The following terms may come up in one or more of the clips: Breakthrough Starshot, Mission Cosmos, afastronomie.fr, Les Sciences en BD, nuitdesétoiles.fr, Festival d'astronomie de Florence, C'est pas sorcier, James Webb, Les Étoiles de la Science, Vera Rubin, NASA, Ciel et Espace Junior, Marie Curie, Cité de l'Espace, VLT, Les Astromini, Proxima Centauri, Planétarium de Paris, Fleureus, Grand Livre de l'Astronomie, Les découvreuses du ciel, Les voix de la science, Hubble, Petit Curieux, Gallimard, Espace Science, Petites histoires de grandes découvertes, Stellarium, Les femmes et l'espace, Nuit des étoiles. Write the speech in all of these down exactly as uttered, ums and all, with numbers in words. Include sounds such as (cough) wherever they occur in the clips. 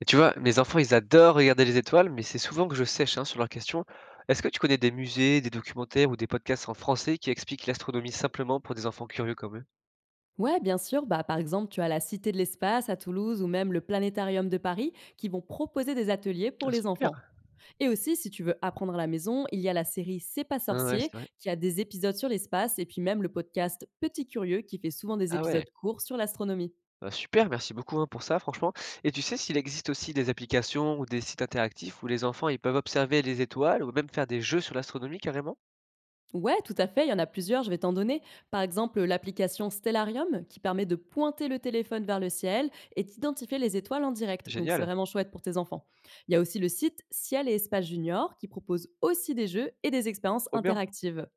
Et tu vois, mes enfants, ils adorent regarder les étoiles, mais c'est souvent que je sèche hein, sur leurs questions. Est-ce que tu connais des musées, des documentaires ou des podcasts en français qui expliquent l'astronomie simplement pour des enfants curieux comme eux? Ouais, bien sûr. Bah, par exemple, tu as la Cité de l'Espace à Toulouse ou même le Planétarium de Paris qui vont proposer des ateliers Ah, pour les super! enfants. Et aussi, si tu veux apprendre à la maison, il y a la série C'est pas Ah ouais, sorcier c'est vrai. qui a des épisodes sur l'espace et puis même le podcast Petit Curieux qui fait souvent des Ah ouais, épisodes courts sur l'astronomie. bah, super, merci beaucoup hein, pour ça, franchement. Et tu sais s'il existe aussi des applications ou des sites interactifs où les enfants ils peuvent observer les étoiles ou même faire des jeux sur l'astronomie carrément? Ouais, tout à fait, il y en a plusieurs, je vais t'en donner. Par exemple, l'application Stellarium qui permet de pointer le téléphone vers le ciel et d'identifier les étoiles en direct. Donc c'est Génial, vraiment chouette pour tes enfants. Il y a aussi le site Ciel et Espace Junior qui propose aussi des jeux et des expériences trop bien. interactives.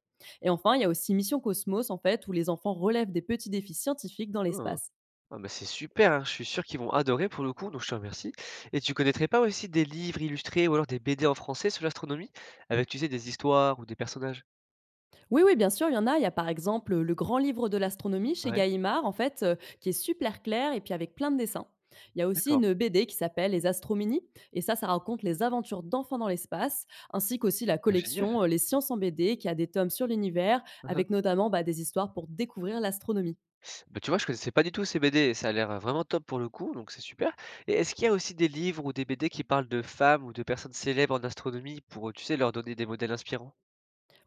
Et enfin, il y a aussi Mission Cosmos en fait où les enfants relèvent des petits défis scientifiques dans Ah. l'espace. Ah bah, c'est super, hein, je suis sûr qu'ils vont adorer pour le coup, donc je te remercie. Et tu connaîtrais pas aussi des livres illustrés ou alors des B D en français sur l'astronomie? Avec, tu sais, des histoires ou des personnages? Oui, oui, bien sûr, il y en a. Il y a par exemple le Grand Livre de l'Astronomie chez Ouais, Gallimard, en fait, euh, qui est super clair et puis avec plein de dessins. Il y a aussi d'accord. une B D qui s'appelle Les Astromini et ça, ça raconte les aventures d'enfants dans l'espace, ainsi qu'aussi la Bah, génial. collection euh, Les Sciences en B D, qui a des tomes sur l'univers, Hein, hein. avec notamment bah, des histoires pour découvrir l'astronomie. Bah, tu vois, je connaissais pas du tout ces B D et ça a l'air euh, vraiment top pour le coup, donc c'est super. Et est-ce qu'il y a aussi des livres ou des B D qui parlent de femmes ou de personnes célèbres en astronomie pour, euh, tu sais, leur donner des modèles inspirants?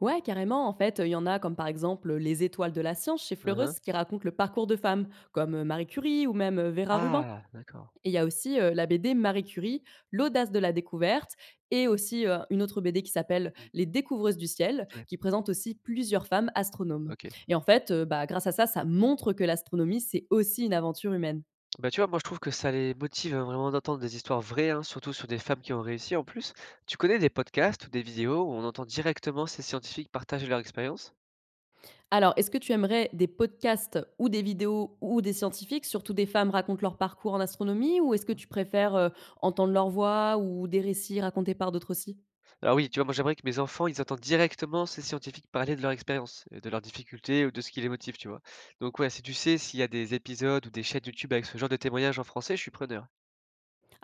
Ouais, carrément, en fait, euh, il y en a comme par exemple euh, Les Étoiles de la Science chez Hein, hein. Fleureus, qui raconte le parcours de femmes, comme euh, Marie Curie ou même euh, Vera Rubin. Ah, d'accord. Et il y a aussi, heu, la B D Marie Curie, l'audace de la découverte et aussi, heu, une autre B D qui s'appelle Mm, Les découvreuses du ciel, ouais, qui présente aussi plusieurs femmes astronomes. ok. Et en fait, heu, bah, grâce à ça, ça montre que l'astronomie, c'est aussi une aventure humaine. Bah, tu vois, moi, je trouve que ça les motive, hein, vraiment d'entendre des histoires vraies, hein, surtout sur des femmes qui ont réussi en plus. Tu connais des podcasts ou des vidéos où on entend directement ces scientifiques partager leur expérience? Alors, est-ce que tu aimerais des podcasts ou des vidéos ou des scientifiques, surtout des femmes, racontent leur parcours en astronomie? Ou est-ce que Mhm. tu préfères, heu, entendre leur voix ou des récits racontés par d'autres aussi? Alors oui, tu vois, moi j'aimerais que mes enfants, ils entendent directement ces scientifiques parler de leur expérience, euh, de leurs difficultés ou de ce qui les motive, tu vois. Donc ouais, si tu sais s'il y a des épisodes ou des chaînes YouTube avec ce genre de témoignages en français, je suis preneur.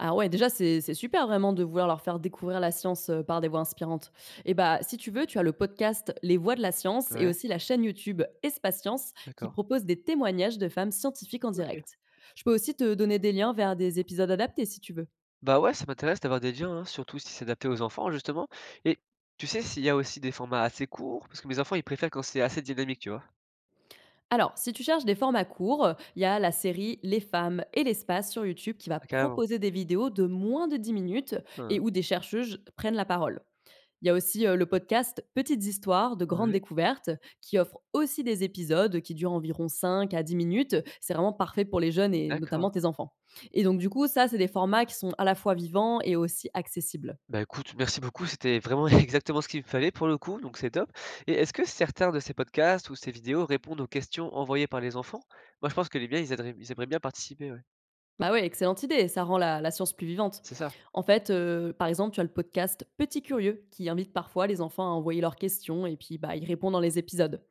Ah ouais, déjà, c'est c'est super vraiment de vouloir leur faire découvrir la science, heu, par des voix inspirantes et bah, si tu veux, tu as le podcast «Les voix de la science» et Ouais, aussi la chaîne YouTube Espace Science qui d'accord. propose des témoignages de femmes scientifiques en Ok. direct. Je peux aussi te donner des liens vers des épisodes adaptés si tu veux. Bah ouais, ça m'intéresse d'avoir des liens, hein, surtout si c'est adapté aux enfants, justement. Et tu sais s'il y a aussi des formats assez courts? Parce que mes enfants, ils préfèrent quand c'est assez dynamique, tu vois? Alors, si tu cherches des formats courts, heu, il y a la série «Les femmes et l'espace» sur YouTube qui va Ah, carrément. proposer des vidéos de moins de dix minutes Hein. et où des chercheuses prennent la parole. Il y a aussi, heu, le podcast Petites histoires de grandes Ouais, découvertes qui offre aussi des épisodes qui durent environ cinq à dix minutes. C'est vraiment parfait pour les jeunes et d'accord. notamment tes enfants et donc du coup, ça, c'est des formats qui sont à la fois vivants et aussi accessibles. Bah écoute, merci beaucoup, c'était vraiment (laughs) exactement ce qu'il me fallait pour le coup, donc c'est top. Et est-ce que certains de ces podcasts ou ces vidéos répondent aux questions envoyées par les enfants? Moi, je pense que les miens, ils aimeraient, ils aimeraient bien participer, ouais. Bah ouais, excellente idée, ça rend la la science plus vivante. C'est ça. En fait, heu, par exemple, tu as le podcast Petit Curieux qui invite parfois les enfants à envoyer leurs questions et puis, bah, ils répondent dans les épisodes.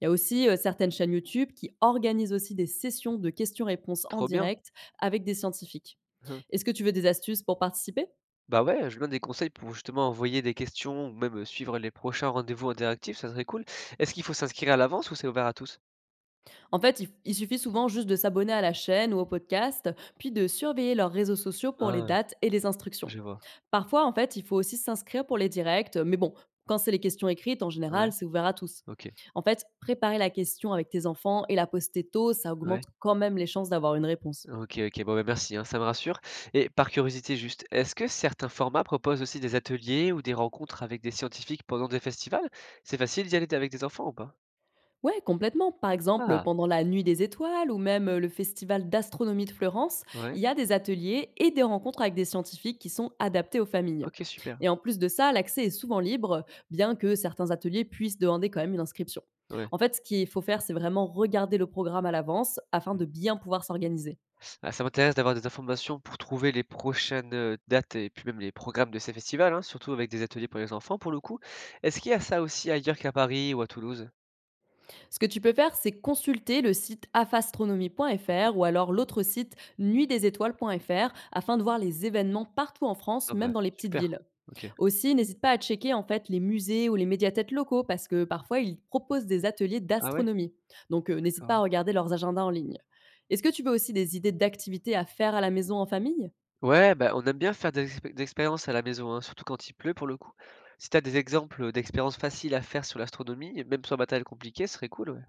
Il y a aussi, heu, certaines chaînes YouTube qui organisent aussi des sessions de questions-réponses en Trop bien. direct avec des scientifiques. Hein. Est-ce que tu veux des astuces pour participer? Bah ouais, je donne des conseils pour justement envoyer des questions ou même euh, suivre les prochains rendez-vous interactifs, ça serait cool. Est-ce qu'il faut s'inscrire à l'avance ou c'est ouvert à tous? En fait, il il suffit souvent juste de s'abonner à la chaîne ou au podcast, puis de surveiller leurs réseaux sociaux pour les Ah, dates et les instructions. je vois. Parfois, en fait, il faut aussi s'inscrire pour les directs, mais bon, quand c'est les questions écrites, en Ouais, général, c'est ouvert à tous. OK. En fait, préparer la question avec tes enfants et la poster tôt, ça Ouais. augmente quand même les chances d'avoir une réponse. OK, OK. Bon, bah, merci, hein, ça me rassure et par curiosité juste, est-ce que certains formats proposent aussi des ateliers ou des rencontres avec des scientifiques pendant des festivals? C'est facile d'y aller avec des enfants ou pas? Ouais, complètement. Par exemple, Ah, pendant la Nuit des étoiles ou même le Festival d'astronomie de Florence, ouais. il y a des ateliers et des rencontres avec des scientifiques qui sont adaptés aux familles. OK, super. Et en plus de ça, l'accès est souvent libre, bien que certains ateliers puissent demander quand même une inscription. Ouais. En fait, ce qu'il faut faire, c'est vraiment regarder le programme à l'avance afin Mmh. de bien pouvoir s'organiser. Ah, ça m'intéresse d'avoir des informations pour trouver les prochaines, heu, dates et puis même les programmes de ces festivals, hein, surtout avec des ateliers pour les enfants, pour le coup. Est-ce qu'il y a ça aussi ailleurs qu'à Paris ou à Toulouse? Ce que tu peux faire, c'est consulter le site Mmh. afastronomie.fr ou alors l'autre site nuitdesétoiles.fr afin de voir les événements partout en France, Ah, même bah, dans les petites super. villes. OK. Aussi, n'hésite pas à checker en fait les musées ou les médiathèques locaux parce que parfois ils proposent des ateliers Ah ouais? d'astronomie. Donc euh, n'hésite pas à D'accord. regarder leurs agendas en ligne. Est-ce que tu veux aussi des idées d'activités à faire à la maison en famille? Ouais, bah, on aime bien faire des expé des expériences à la maison, hein, surtout quand il pleut pour le coup. Si t'as des exemples, d'expériences faciles à faire sur l'astronomie, et même sans matériel compliqué, ce serait cool, ouais.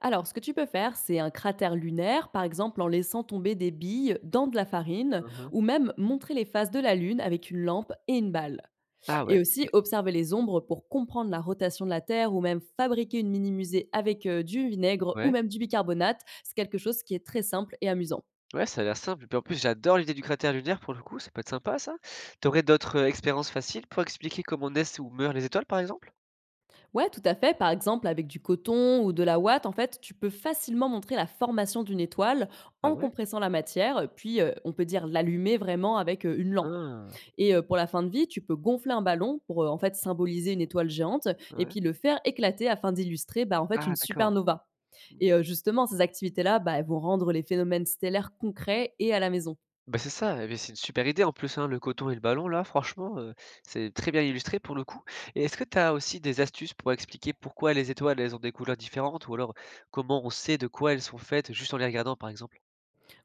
Alors, ce que tu peux faire, c'est un cratère lunaire, par exemple en laissant tomber des billes dans de la farine, Mmh. ou même montrer les phases de la Lune avec une lampe et une balle. Ah Et ouais, aussi OK. observer les ombres pour comprendre la rotation de la Terre, ou même fabriquer une mini-musée avec euh, du vinaigre ou Ouais. même du bicarbonate. C'est quelque chose qui est très simple et amusant. Ouais, ça a l'air simple et puis en plus j'adore l'idée du cratère lunaire pour le coup, ça peut être sympa ça. T'aurais d'autres, heu, expériences faciles pour expliquer comment naissent ou meurent les étoiles, par exemple? Ouais, tout à fait. Par exemple, avec du coton ou de la ouate, en fait, tu peux facilement montrer la formation d'une étoile Ah en ouais? compressant la matière, puis euh, on peut dire l'allumer vraiment avec euh, une lampe. Hein, Et euh, pour la fin de vie, tu peux gonfler un ballon pour euh, en fait symboliser une étoile géante et ouais. puis le faire éclater afin d'illustrer bah, en fait Ah une d'accord. supernova. Mmh. Et euh, justement, ces activités-là, bah, elles vont rendre les phénomènes stellaires concrets et à la maison. Bah, c'est ça, eh beh, c'est une super idée en plus, hein, le coton et le ballon là, franchement, heu, c'est très bien illustré pour le coup et est-ce que tu as aussi des astuces pour expliquer pourquoi les étoiles, elles ont des couleurs différentes ou alors comment on sait de quoi elles sont faites juste en les regardant, par exemple?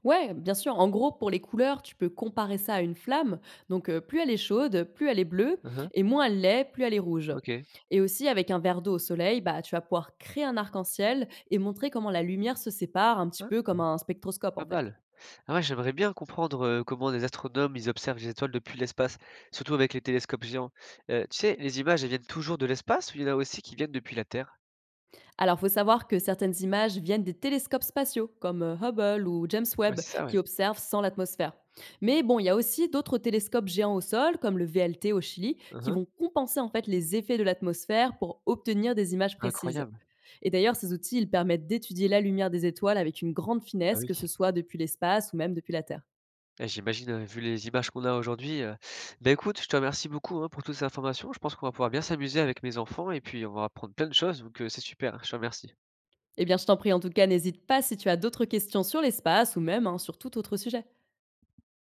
Ouais, bien sûr. En gros, pour les couleurs, tu peux comparer ça à une flamme. Donc, euh, plus elle est chaude, plus elle est bleue, Mmh. et moins elle l'est, plus elle est rouge. OK. Et aussi, avec un verre d'eau au soleil, bah, tu vas pouvoir créer un arc-en-ciel et montrer comment la lumière se sépare, un petit Ah, peu comme un spectroscope, pas en fait. mal. Ah ouais, j'aimerais bien comprendre, heu, comment les astronomes, ils observent les étoiles depuis l'espace, surtout avec les télescopes géants. Heu, tu sais, les images, elles viennent toujours de l'espace ou il y en a aussi qui viennent depuis la Terre? Alors, faut savoir que certaines images viennent des télescopes spatiaux, comme euh, Hubble ou James Ouais, Webb, c'est ça, ouais. qui observent sans l'atmosphère. Mais bon, il y a aussi d'autres télescopes géants au sol, comme le V L T au Chili, qui Mmh. vont compenser en fait les effets de l'atmosphère pour obtenir des images précises. Incroyable. Et d'ailleurs, ces outils, ils permettent d'étudier la lumière des étoiles avec une grande Ah finesse, oui. que ce soit depuis l'espace ou même depuis la Terre. Et j'imagine, heu, vu les images qu'on a aujourd'hui, heu, bah, écoute, je te remercie beaucoup, hein, pour toutes ces informations. Je pense qu'on va pouvoir bien s'amuser avec mes enfants et puis on va apprendre plein de choses, donc heu, c'est super, je te remercie. Eh bien, je t'en prie, en tout cas, n'hésite pas si tu as d'autres questions sur l'espace ou même hein, sur tout autre sujet.